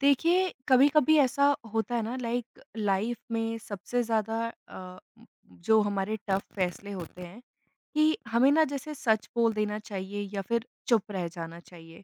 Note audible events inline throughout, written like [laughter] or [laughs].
देखिए, कभी-कभी ऐसा होता है ना लाइक लाइफ में सबसे ज़्यादा अ, जो हमारे टफ फैसले होते हैं कि हमें ना जैसे सच बोल देना चाहिए या फिर चुप रह जाना चाहिए।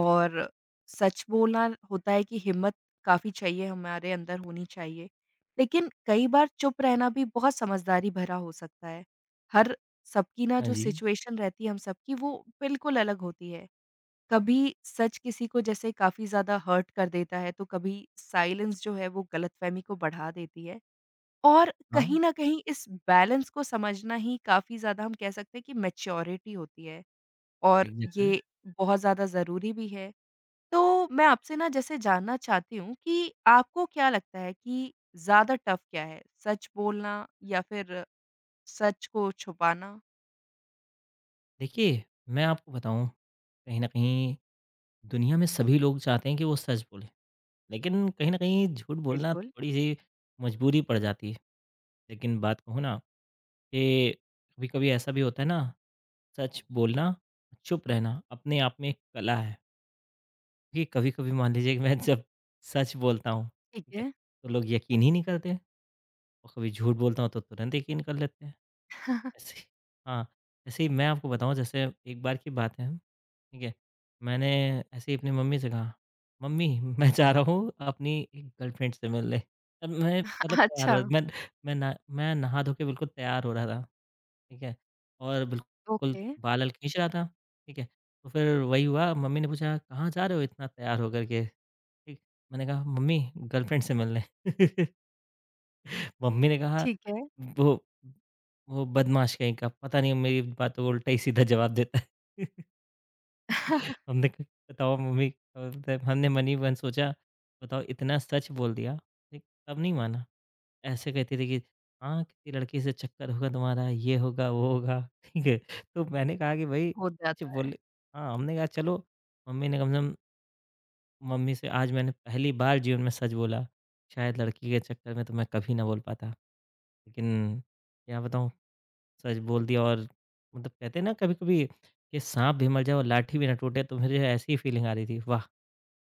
और सच बोलना होता है कि हिम्मत काफ़ी चाहिए हमारे अंदर होनी चाहिए। लेकिन कई बार चुप रहना भी बहुत समझदारी भरा हो सकता है। हर सबकी ना हाँ जो जी। सिचुएशन रहती है हम सबकी वो बिल्कुल अलग होती है। कभी सच किसी को जैसे काफ़ी ज़्यादा हर्ट कर देता है, तो कभी साइलेंस जो है वो गलतफ़हमी को बढ़ा देती है। और हाँ, कहीं न कहीं इस बैलेंस को समझना ही काफ़ी ज़्यादा हम कह सकते हैं कि मैच्योरिटी होती है और एग्ज़ैक्टली। ये बहुत ज़्यादा ज़रूरी भी है। तो मैं आपसे ना जैसे जानना चाहती हूँ कि आपको क्या लगता है कि ज़्यादा टफ़ क्या है? सच बोलना या फिर सच को छुपाना? देखिए, मैं आपको बताऊँ, कहीं न कहीं दुनिया में सभी लोग चाहते हैं कि वो सच बोले, लेकिन कहीं न कहीं झूठ बोलना बिल्कुल। थोड़ी-सी मजबूरी पड़ जाती है। लेकिन बात कहूँ ना कि कभी-कभी ऐसा भी होता है ना, सच बोलना, चुप रहना अपने आप में एक कला है। क्योंकि कभी-कभी मान लीजिए कि मैं जब सच बोलता हूँ, ठीक ठीक है, है। तो लोग यकीन ही नहीं करते और कभी झूठ बोलता हूँ तो तुरंत यकीन कर लेते हैं। ऐसे ही हाँ, ऐसे ही मैं आपको बताऊँ जैसे एक बार की बात है, ठीक है? मैंने ऐसे ही अपनी मम्मी से कहा, "मम्मी मैं जा रहा हूँ अपनी एक गर्लफ्रेंड से मिलने।" तब मैं मतलब [laughs] तैयार हुआ अच्छा। मैं मैं ना मैं नहा धो के बिल्कुल तैयार हो रहा था, ठीक है? और बिल्कुल ओके। बाल-वाल खींच रहा था, ठीक है? तो फिर वही हुआ मम्मी ने पूछा, "कहाँ जा रहे हो इतना तैयार होकर के?" ठीक, मैंने कहा, "मम्मी गर्लफ्रेंड से मिलने।" [laughs] मम्मी ने कहा ठीक है। वो वो बदमाश कहीं का, पता नहीं मेरी बातों को उल्टा ही सीधा जवाब देता है। [laughs] [laughs] हमने कहा बताओ मम्मी और तब हमने मन ही मन सोचा बताओ इतना सच बोल दिया, ठीक, तब नहीं माना। ऐसे कहती थी कि हाँ, किसी लड़की से चक्कर होगा तुम्हारा, ये होगा, वो होगा, [laughs] ठीक है। तो मैंने कहा कि भई हो जा। कुछ बोले हाँ, हमने कहा चलो मम्मी ने कम से कम मम्मी से आज मैंने पहली बार जीवन में सच बोला। शायद लड़की के चक्कर में तो मैं कभी ना बोल पाता। लेकिन क्या बताऊँ सच बोल दिया और मतलब कहते हैं ना कभी-कभी कि साँप भी मर जाए और लाठी भी ना टूटे, तो मुझे ऐसी ही फीलिंग आ रही थी। वाह!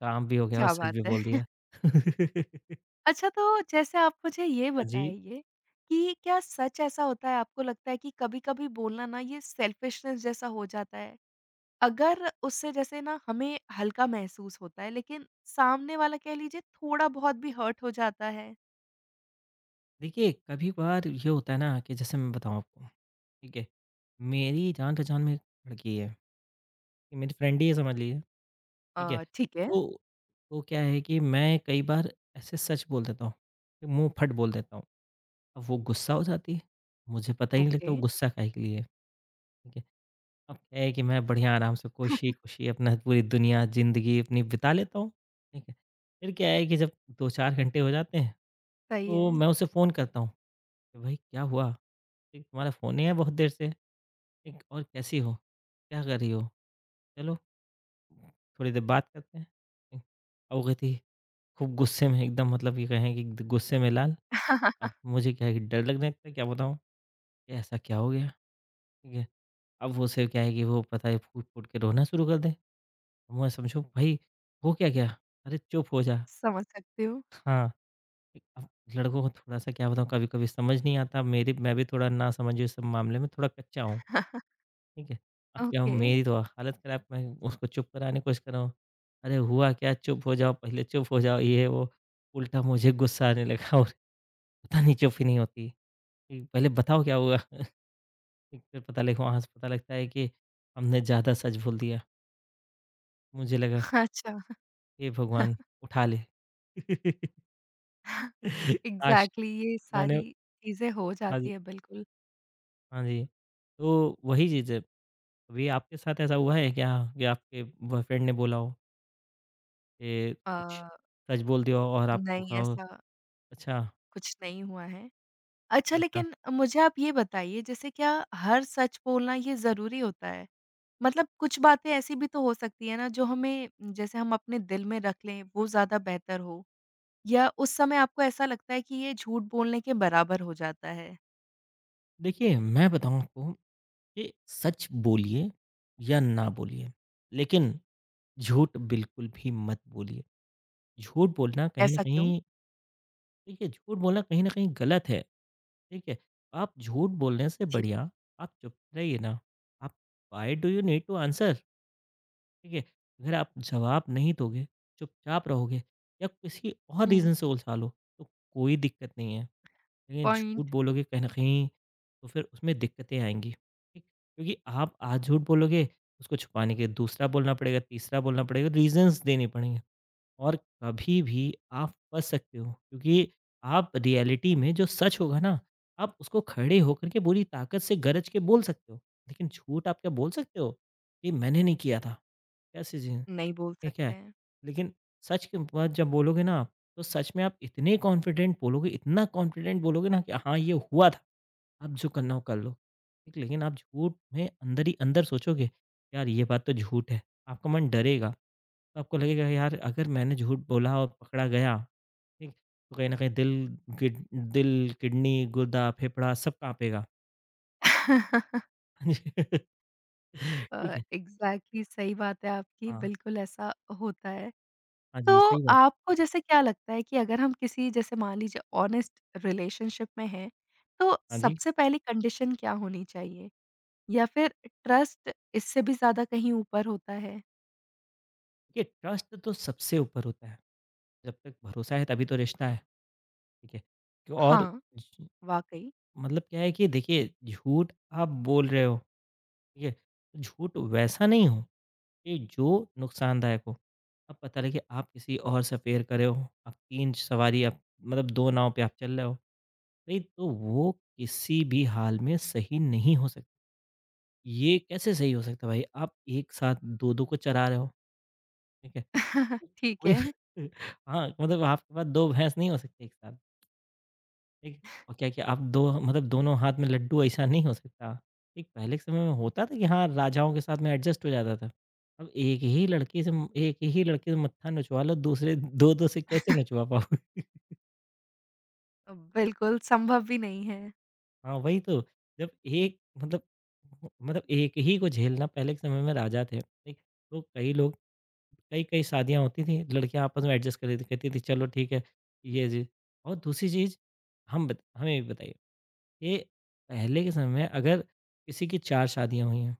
काम भी हो गया और क्या सच बात भी है! बोल [laughs] दिया। [laughs] अच्छा, तो जैसे आप मुझे ये हाँ जी। बताइए कि क्या सच ऐसा होता है आपको लगता है कि कभी-कभी बोलना ना ये सेल्फिशनेस जैसा हो जाता है? अगर उससे जैसे ना हमें हल्का महसूस होता है लेकिन सामने वाला कह लीजिए थोड़ा-बहुत भी हर्ट हो जाता है? देखिए, कभी-कभार ये होता है ना कि जैसे मैं बताऊँ आपको, ठीक है? मेरी जान-पहचान में एक लड़की है, ये मेरी फ्रेंड ही है समझ लीजिए, ठीक है? ठीक है। तो तो क्या है कि मैं कई बार ऐसे सच बोल देता हूँ, मुँह फट बोल देता हूँ। अब वो गुस्सा हो जाती है, मुझे पता ही नहीं लगता ओके। वो गुस्सा काहे के लिए है। ठीक है। अब क्या है कि मैं बढ़िया आराम से खुशी-खुशी अपना पूरी दुनिया, ज़िंदगी अपनी बिता लेता हूँ, ठीक है। फिर क्या है कि जब 2-4 घंटे हो जाते हैं, सही तो है। मैं उसे फ़ोन करता हूँ कि भाई क्या हुआ? ठीक तुम्हारा फ़ोन नहीं आया बहुत देर से, ठीक और कैसी हो? क्या कर रही हो? चलो थोड़ी देर बात करते हैं। ठीक, अब वो कहती है खूब गुस्से में एकदम मतलब ये कहें कि द गुस्से में लाल। अब मुझे क्या है कि डर लगने लगता है, क्या बताऊँ? कि ऐसा क्या हो गया? ठीक है, अब वो उसे क्या है कि वो पता है फूट-फूट के रोना शुरू कर दे। मैं समझो भाई हो क्या गया? अरे चुप हो जा। समझ सकती हूँ। हाँ, अब लड़कों को थोड़ा-सा क्या बताऊँ कभी-कभी समझ नहीं आता मेरी मैं भी थोड़ा नासमझ इस सब मामले में थोड़ा कच्चा हूँ, [laughs] ठीक है? अब क्या ओके। हूँ मेरी तो हालत खराब मैं उसको चुप कराने की कोशिश कर रहा हूँ। अरे हुआ क्या चुप हो जाओ, पहले चुप हो जाओ ये है वो, उल्टा मुझे गुस्सा आने लगा और पता नहीं चुप ही नहीं होती। कि पहले बताओ क्या हुआ? ठीक, फिर पता लग वहाँ से पता लगता है कि हमने ज़्यादा सच बोल दिया। मुझे लगा अच्छा। हे भगवान उठा ले। [laughs] काश एग्ज़ैक्टली ये मैंने सारी चीज़ें हो हाँ जी, जाती है बिल्कुल। हाँ जी। तो वही चीज़ है, कभी आपके साथ ऐसा हुआ है क्या कि आपके बॉयफ्रेंड ने बोला हो कि अ, कुछ सच बोल दिया हो और आपको नहीं, कहा हो? ऐसा अच्छा, कुछ नहीं हुआ है। अच्छा, अच्छा। लेकिन मुझे आप ये बताइए जैसे क्या हर सच बोलना ये ज़रूरी होता है? मतलब कुछ बातें ऐसी भी तो हो सकती है ना जो हमें जैसे हम अपने दिल में रख लें वो ज़्यादा बेहतर हो, या उस समय आपको ऐसा लगता है कि ये झूठ बोलने के बराबर हो जाता है? देखिए, मैं बताऊँ आपको कि सच बोलिए या ना बोलिए, लेकिन झूठ बिल्कुल भी मत बोलिए। झूठ बोलना कहीं न ऐसा क्यों? कहीं देखिए, झूठ बोलना कहीं न कहीं गलत है, ठीक है? आप झूठ बोलने से ठीक। बढ़िया आप चुप रहिए ना। आप why do you need to answer? ठीक है अगर आप जवाब नहीं दोगे चुपचाप रहोगे या किसी और हुँ। रीज़न से उलझा लो तो कोई दिक्कत नहीं है लेकिन झूठ पॉइंट। बोलोगे कहीं न कहीं तो फिर उसमें दिक्कतें आएँगी, ठीक? क्योंकि आप आज झूठ बोलोगे उसको छुपाने के लिए दूसरा बोलना पड़ेगा, तीसरा बोलना पड़ेगा, रीज़न्स देने पड़ेंगे और कभी भी आप फँस सकते हो क्योंकि आप रियलिटी में जो सच होगा ना, आप उसको खड़े होकर के पूरी ताकत से गरज के बोल सकते हो। लेकिन झूठ आप क्या बोल सकते हो? कि मैंने नहीं किया था, ऐसी चीज़ें। नहीं बोल ठीक सकते है? हैं। लेकिन सच की बात जब बोलोगे ना आप, तो सच में आप इतने कॉन्फिडेंट बोलोगे, इतना कॉन्फिडेंट बोलोगे ना कि हाँ, ये हुआ था, अब जो करना हो कर लो। ठीक, लेकिन आप झूठ में अंदर ही अंदर सोचोगे, यार ये बात तो झूठ है, आपका मन डरेगा। तो आपको लगेगा यार अगर मैंने झूठ बोला और पकड़ा गया, ठीक? तो कहीं न कहीं किड दिल, किडनी, गुर्दा, फेफड़ा सब काँपेगा। [laughs] हाँ जी। [laughs] ठीक है। एग्ज़ैक्टली सही बात है आपकी, हाँ। बिल्कुल ऐसा होता है। हाँ तो जी, सही बात है। आपको जैसे क्या लगता है कि अगर हम किसी जैसे मान लीजिए ऑनेस्ट रिलेशनशिप में हैं, तो हाँ जी। सबसे पहली कंडीशन क्या होनी चाहिए? या फिर ट्रस्ट इससे भी ज़्यादा कहीं ऊपर होता है? देखिए, ट्रस्ट तो सबसे ऊपर होता है। जब तक भरोसा है तभी तो रिश्ता है, ठीक है? क्यों- और हाँ, ज- वाक़ई। मतलब क्या है कि देखिए झूठ आप बोल रहे हो, ठीक है? तो झूठ वैसा नहीं हो कि जो नुकसानदायक हो। अब पता लगे आप किसी और से अफ़ेयर कर रहे हो, आप 3 सवारी आप मतलब 2 नाव पे आप चल रहे हो, नहीं तो वो किसी भी हाल में सही नहीं हो सकता। ये कैसे सही हो सकता है भाई? आप एक साथ 2-2 को चरा रहे हो, ठीक है? [laughs] ठीक कोई है। [laughs] हाँ, मतलब आपके पास 2 भैंस नहीं हो सकती एक साथ। ठीक, और क्या, क्या आप दो मतलब दोनों हाथ में लड्डू ऐसा नहीं हो सकता। एक पहले के समय में होता था कि हाँ, राजाओं के साथ में एडजस्ट हो जाता था। अब एक ही लड़की से एक ही लड़के से मत्था नचवा लो, दूसरे 2-2 से कैसे नचवा पाओगे? [laughs] बिल्कुल, संभव भी नहीं है। हाँ, वही तो। जब एक मतलब एक ही को झेलना पहले के समय में राजा थे, ठीक? तो कई लोग कई-कई शादियाँ होती थी, लड़कियाँ आपस में एडजस्ट कर लेती थी, कहती थी चलो ठीक है, ये जी और दूसरी चीज़ हम बत हमें ये बताइए ये पहले के समय में अगर किसी की 4 शादियाँ हुई हैं,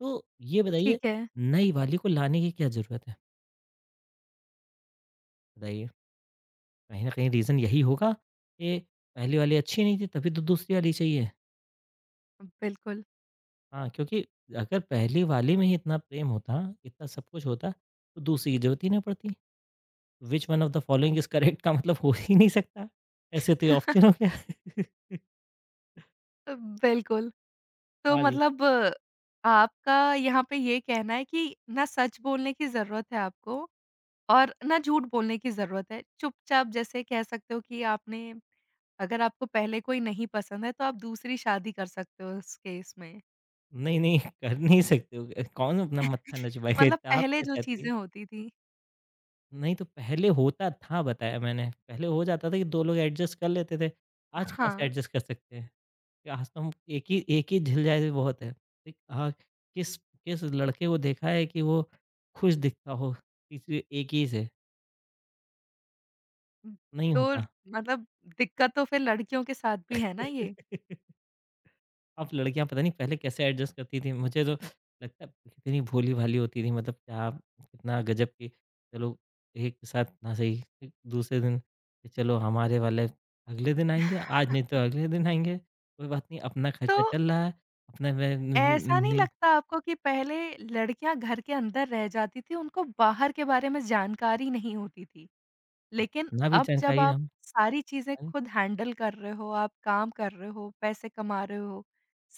तो ये बताइए ठीक है, नई वाली को लाने की क्या ज़रूरत है? बताइए। कहीं न कहीं रीज़न यही होगा कि पहली वाली अच्छी नहीं थी तभी तो दूसरी वाली चाहिए। बिल्कुल। हाँ, क्योंकि अगर पहली वाली में ही इतना प्रेम होता, इतना सब कुछ होता तो दूसरी की ज़रूरत ही ना पड़ती। Which one of the following is correct का मतलब हो ही नहीं सकता। ऐसे तो ये ऑप्शन हो [laughs] गया। [laughs] बिल्कुल, तो हाँ जी। मतलब आपका यहाँ पे ये कहना है कि ना सच बोलने की ज़रूरत है आपको और ना झूठ बोलने की ज़रूरत है। चुपचाप जैसे कह सकते हो कि आपने, अगर आपको पहले कोई नहीं पसंद है तो आप दूसरी शादी कर सकते हो उस केस में। नहीं, नहीं कर नहीं सकते हो। कौन अपना मत्था नचवाएगा मतलब इतना? आप पहले क्या जो चाहती चीज़ें हैं? होती थी। नहीं तो पहले होता था बताया मैंने, पहले हो जाता था कि 2 लोग एडजस्ट कर लेते थे, आज कहाँ से हाँ, एडजस्ट कर सकते हैं? कि आज तो हम एक ही झिल जाए तो बहुत है। एक हाँ, किस किस लड़के को देखा है कि वो खुश दिखता हो किसी एक ही से? नहीं तो होता। मतलब दिक्कत तो फिर लड़कियों के साथ भी है ना ये। [laughs] अब लड़कियां पता नहीं पहले कैसे एडजस्ट करती थी मुझे तो लगता है कितनी भोली भाली होती थी मतलब क्या कितना गजब की चलो एक के साथ ना सही फिर दूसरे दिन कि चलो हमारे वाले अगले दिन आएंगे आज नहीं तो अगले दिन आएंगे कोई बात नहीं अपना तो खर्चा चल रहा है अपना वे- न- ऐसा न- नहीं नहीं लगता आपको कि पहले लड़कियाँ घर के अंदर रह जाती थी, उनको बाहर के बारे में जानकारी नहीं होती थी? लेकिन अपना भी अब जब जानकारी आप हम सारी चीज़ें अरे खुद हैंडल कर रहे हो, आप काम कर रहे हो, पैसे कमा रहे हो,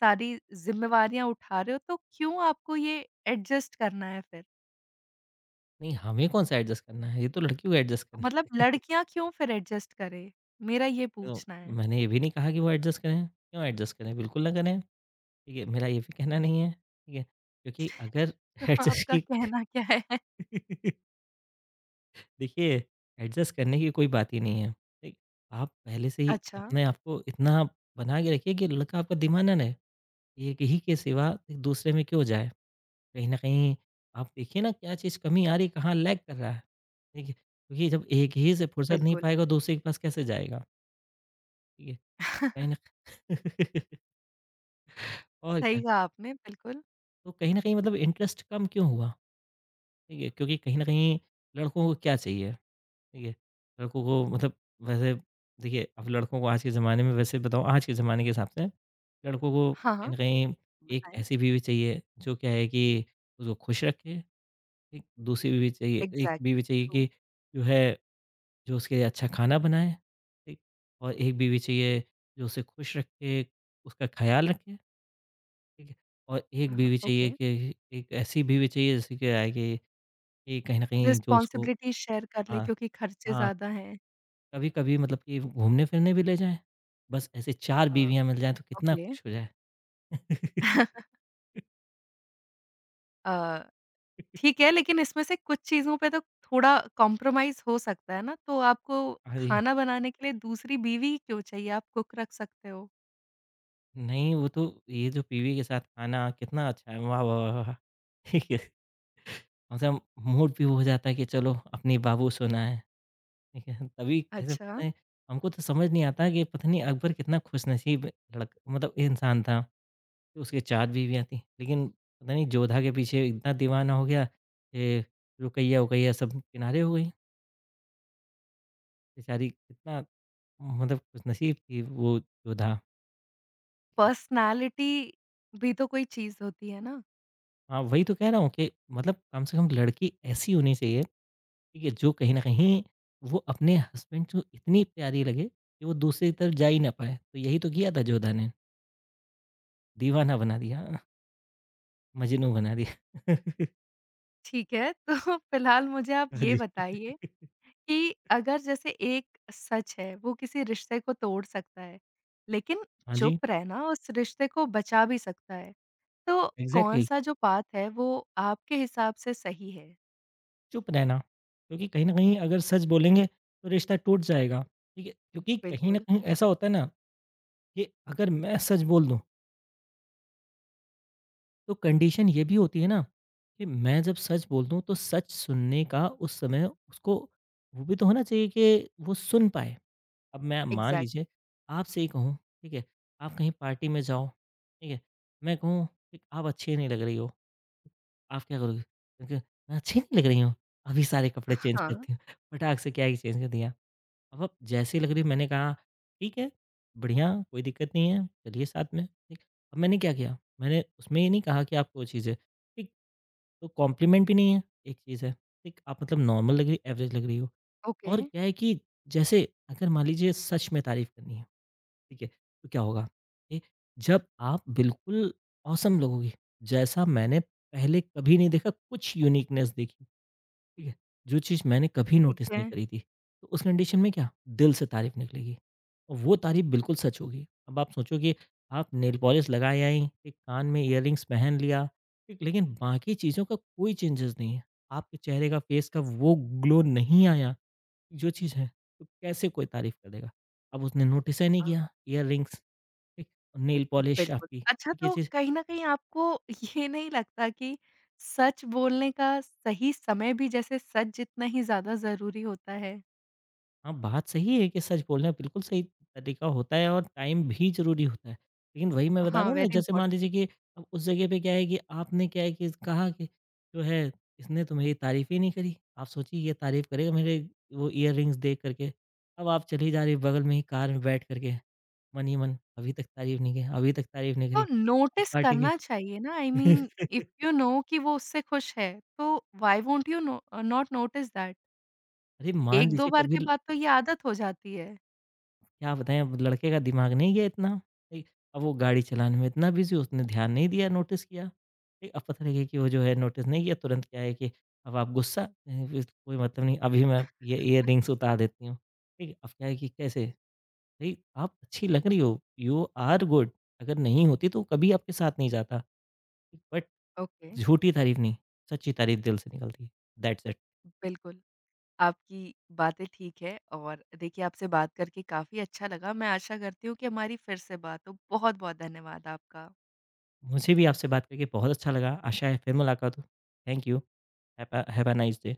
सारी ज़िम्मेवारियाँ उठा रहे हो, तो क्यों आपको ये एडजस्ट करना है फिर? नहीं हमें कौन सा एडजस्ट करना है ये तो लड़की को एडजस्ट करना मतलब है [laughs] लड़कियाँ क्यों फिर एडजस्ट करें? मेरा ये तो पूछना है। मैंने ये भी नहीं कहा कि वो एडजस्ट करें क्यों एडजस्ट करें बिल्कुल ना करें ठीक है, मेरा ये भी कहना नहीं है, ठीक है? क्योंकि अगर [laughs] तो [laughs] एडजस्ट आपका की कहना क्या है? [laughs] [laughs] देखिए एडजस्ट करने की कोई बात ही नहीं है, ठीक? आप पहले से ही अच्छा, अपने आप को इतना बना के रखिए कि लड़का आपका दीवाना ना रहे, एक ही के सिवा दूसरे में क्यों जाए। कहीं न कहीं आप देखिए ना क्या चीज़ कमी आ रही है, कहाँ लैग कर रहा है, ठीक है? क्योंकि जब एक ही से फुर्सत नहीं बिल्कुल। पाएगा दूसरे के पास कैसे जाएगा, ठीक है? कहीं [laughs] न [laughs] और क्या, सही कहा आपने, बिल्कुल। तो कहीं न कहीं मतलब इंटरेस्ट कम क्यों हुआ, ठीक है? क्योंकि कहीं न कहीं लड़कों को क्या चाहिए? ठीक है। लड़कों को मतलब वैसे देखिए अब लड़कों को आज के ज़माने में वैसे बताऊँ आज के ज़माने के हिसाब से लड़कों को हाँ, कहीं हाँ। न कहीं एक बताएँ। ऐसी बीवी चाहिए जो क्या है कि उसको खुश रखे, एक दूसरी बीवी चाहिए एक बीवी एग्ज़ैक्टली। चाहिए ट्रू। कि जो है जो उसके लिए अच्छा खाना बनाए, ठीक? और एक बीवी चाहिए जो उसे खुश रखे, उसका ख़्याल रखे, ठीक है? और एक बीवी चाहिए ओके। कि एक ऐसी बीवी चाहिए जैसे क्या है कि कहीं न कहीं जो उसको रिस्पॉन्सिबिलिटी शेयर कर लें हाँ, क्योंकि खर्चे हाँ। ज़्यादा हैं। कभी-कभी मतलब कि घूमने-फिरने भी ले जाएँ, बस ऐसे 4 अ, बीवियाँ मिल जाएँ तो कितना ओके। खुश हो जाए। [laughs] [laughs] अ ठीक है, लेकिन इसमें से कुछ चीज़ों पे तो थोड़ा कॉम्प्रोमाइज़ हो सकता है ना, तो आपको हाँ जी, खाना बनाने के लिए दूसरी बीवी क्यों चाहिए? आप कुक रख सकते हो। नहीं वो तो ये जो बीवी के साथ खाना कितना अच्छा है, वाह, वाह, वाह, वाह! ठीक है, कम से कम मूड भी हो जाता है कि चलो अपनी बाबू सोना है, ठीक है? तभी ऐसे अच्छा। पता है हमको तो समझ नहीं आता कि पता नहीं अकबर कितना खुशनसीब लड़क मतलब इंसान था, कि उसकी 4 बीवियाँ थीं। लेकिन पता नहीं जोधा के पीछे इतना दीवाना हो गया, कि रुकैया-वुकैया सब किनारे हो गई, बेचारी कितना मतलब खुशनसीब थी वो योद्धा। पर्सनैलिटी भी तो कोई चीज़ होती है ना। हाँ, वही तो कह रहा हूँ कि मतलब कम से कम लड़की ऐसी होनी चाहिए, ठीक है, जो कहीं न कहीं वो अपने हस्बैंड को इतनी प्यारी लगे कि वो दूसरी तरफ जा ही ना पाए। तो यही तो किया था जोधा ने, दीवाना बना दिया, मजनू बना दिया। [laughs] ठीक है, तो [laughs] फिलहाल मुझे आप हाँ ये जी। बताइए कि अगर जैसे एक सच है, वो किसी रिश्ते को तोड़ सकता है, लेकिन हाँ जी, चुप रहना उस रिश्ते को बचा भी सकता है, तो एग्ज़ैक्टली कौन-सा जो पाथ है, वो आपके हिसाब से सही है? चुप रहना। क्योंकि कहीं न कहीं अगर सच बोलेंगे तो रिश्ता टूट जाएगा, ठीक है? क्योंकि कहीं न बिल्कुल, कहीं ऐसा होता है ना कि अगर मैं सच बोल दूँ तो कंडीशन ये भी होती है ना कि मैं जब सच बोल दूँ तो सच सुनने का उस समय उसको वो भी तो होना चाहिए कि वो सुन पाए। अब मैं मान एग्ज़ैक्ट। लीजिए आपसे ही कहूँ, ठीक है, आप कहीं पार्टी में जाओ, ठीक है, मैं कहूँ कि आप अच्छी नहीं लग रही हो, आप क्या करोगे? क्योंकि मैं अच्छी नहीं लग रही हूँ, अभी सारे कपड़े चेंज हाँ, करती हूँ, फटाक से क्या ही चेंज कर दिया। अब जैसे ही लग रही मैंने कहा ठीक है बढ़िया कोई दिक्कत नहीं है चलिए साथ में ठीक। अब मैंने क्या किया मैंने उसमें ये नहीं कहा कि आपको वो चीज़ है ठीक, तो कॉम्प्लीमेंट भी नहीं है, एक चीज़ है ठीक, आप मतलब नॉर्मल लग रही एवरेज लग रही हो। ओके, और क्या है कि जैसे अगर मान लीजिए सच में तारीफ करनी है ठीक है तो क्या होगा ठीक, जब आप बिल्कुल औसम लगोगी जैसा मैंने पहले कभी नहीं देखा कुछ यूनिकनेस देखी, ठीक है? जो चीज़ मैंने कभी ठीक नोटिस नहीं है। करी थी, तो उस कंडीशन में क्या दिल से तारीफ़ निकलेगी और वो तारीफ़ बिल्कुल सच होगी। अब आप सोचो कि आप नेल पॉलिश लगाए आई, एक कान में इयररिंग्स पहन लिया, ठीक, लेकिन बाकी चीज़ों का कोई चेंजेस नहीं है। आपके चेहरे का, फेस का वो ग्लो नहीं आया, जो चीज़ है, तो कैसे कोई तारीफ़ कर देगा? अब उसने नोटिस ही नहीं किया, अ, इयररिंग्स, ठीक, नेल पॉलिश बिल्कुल। आपकी, अच्छा, ठीक, ये तो चीज़। कहीं न कहीं आपको ये नहीं लगता कि सच बोलने का सही समय भी जैसे सच जितना ही ज़्यादा ज़रूरी होता है? हाँ, बात सही है कि सच बोलना बिल्कुल सही तरीका होता है और टाइम भी ज़रूरी होता है। लेकिन वही मैं बता रहा हाँ, हूँ ना वेरी जैसे मान लीजिए इम्पोर्टेंट। कि अब उस जगह पे क्या है कि आपने क्या है कि कहा कि जो है इसने तो मेरी तारीफ़ ही नहीं करी। आप सोचिए ये तारीफ़ करेगा मेरे वो इयररिंग्स देख कर के। अब आप चली जा रही बगल में ही कार में बैठ कर के, मन ही मन अभी तक तारीफ़ नहीं की, अभी तक तारीफ़ नहीं करी। तो आज नोटिस पार्टी करना चाहिए ना आई की। मीन इफ [laughs] यू नो कि वो उससे खुश है, तो why won't you no not notice that? अरे मान 1-2 लीजिए बार कभी के बाद तो ये आदत हो जाती है। क्या बताएँ अब लड़के का दिमाग नहीं गया इतना, ठीक। अब वो गाड़ी चलाने में इतना बिज़ी उसने ध्यान नहीं दिया, नोटिस किया, ठीक। अब पता लगे कि वो जो है नोटिस नहीं किया, तुरंत क्या है कि अब आप गुस्सा कहीं भी कोई मतलब नहीं, अभी मैं ये इयररिंग्स उतार देती हूँ, ठीक है। अब क्या है कि कैसे? भई आप अच्छी लग रही हो, यू आर गुड, अगर नहीं होती तो कभी आपके साथ नहीं जाता, बट ओके। झूठी तारीफ़ नहीं, सच्ची तारीफ़ दिल से निकलती है। That's it. बिल्कुल। आपकी बातें ठीक है और देखिए आपसे बात करके काफ़ी अच्छा लगा। मैं आशा करती हूँ कि हमारी फिर से बात हो। बहुत-बहुत धन्यवाद आपका। मुझे भी आपसे बात करके बहुत अच्छा लगा, आशा है फिर मुलाकात हो। Thank you. Have a nice day.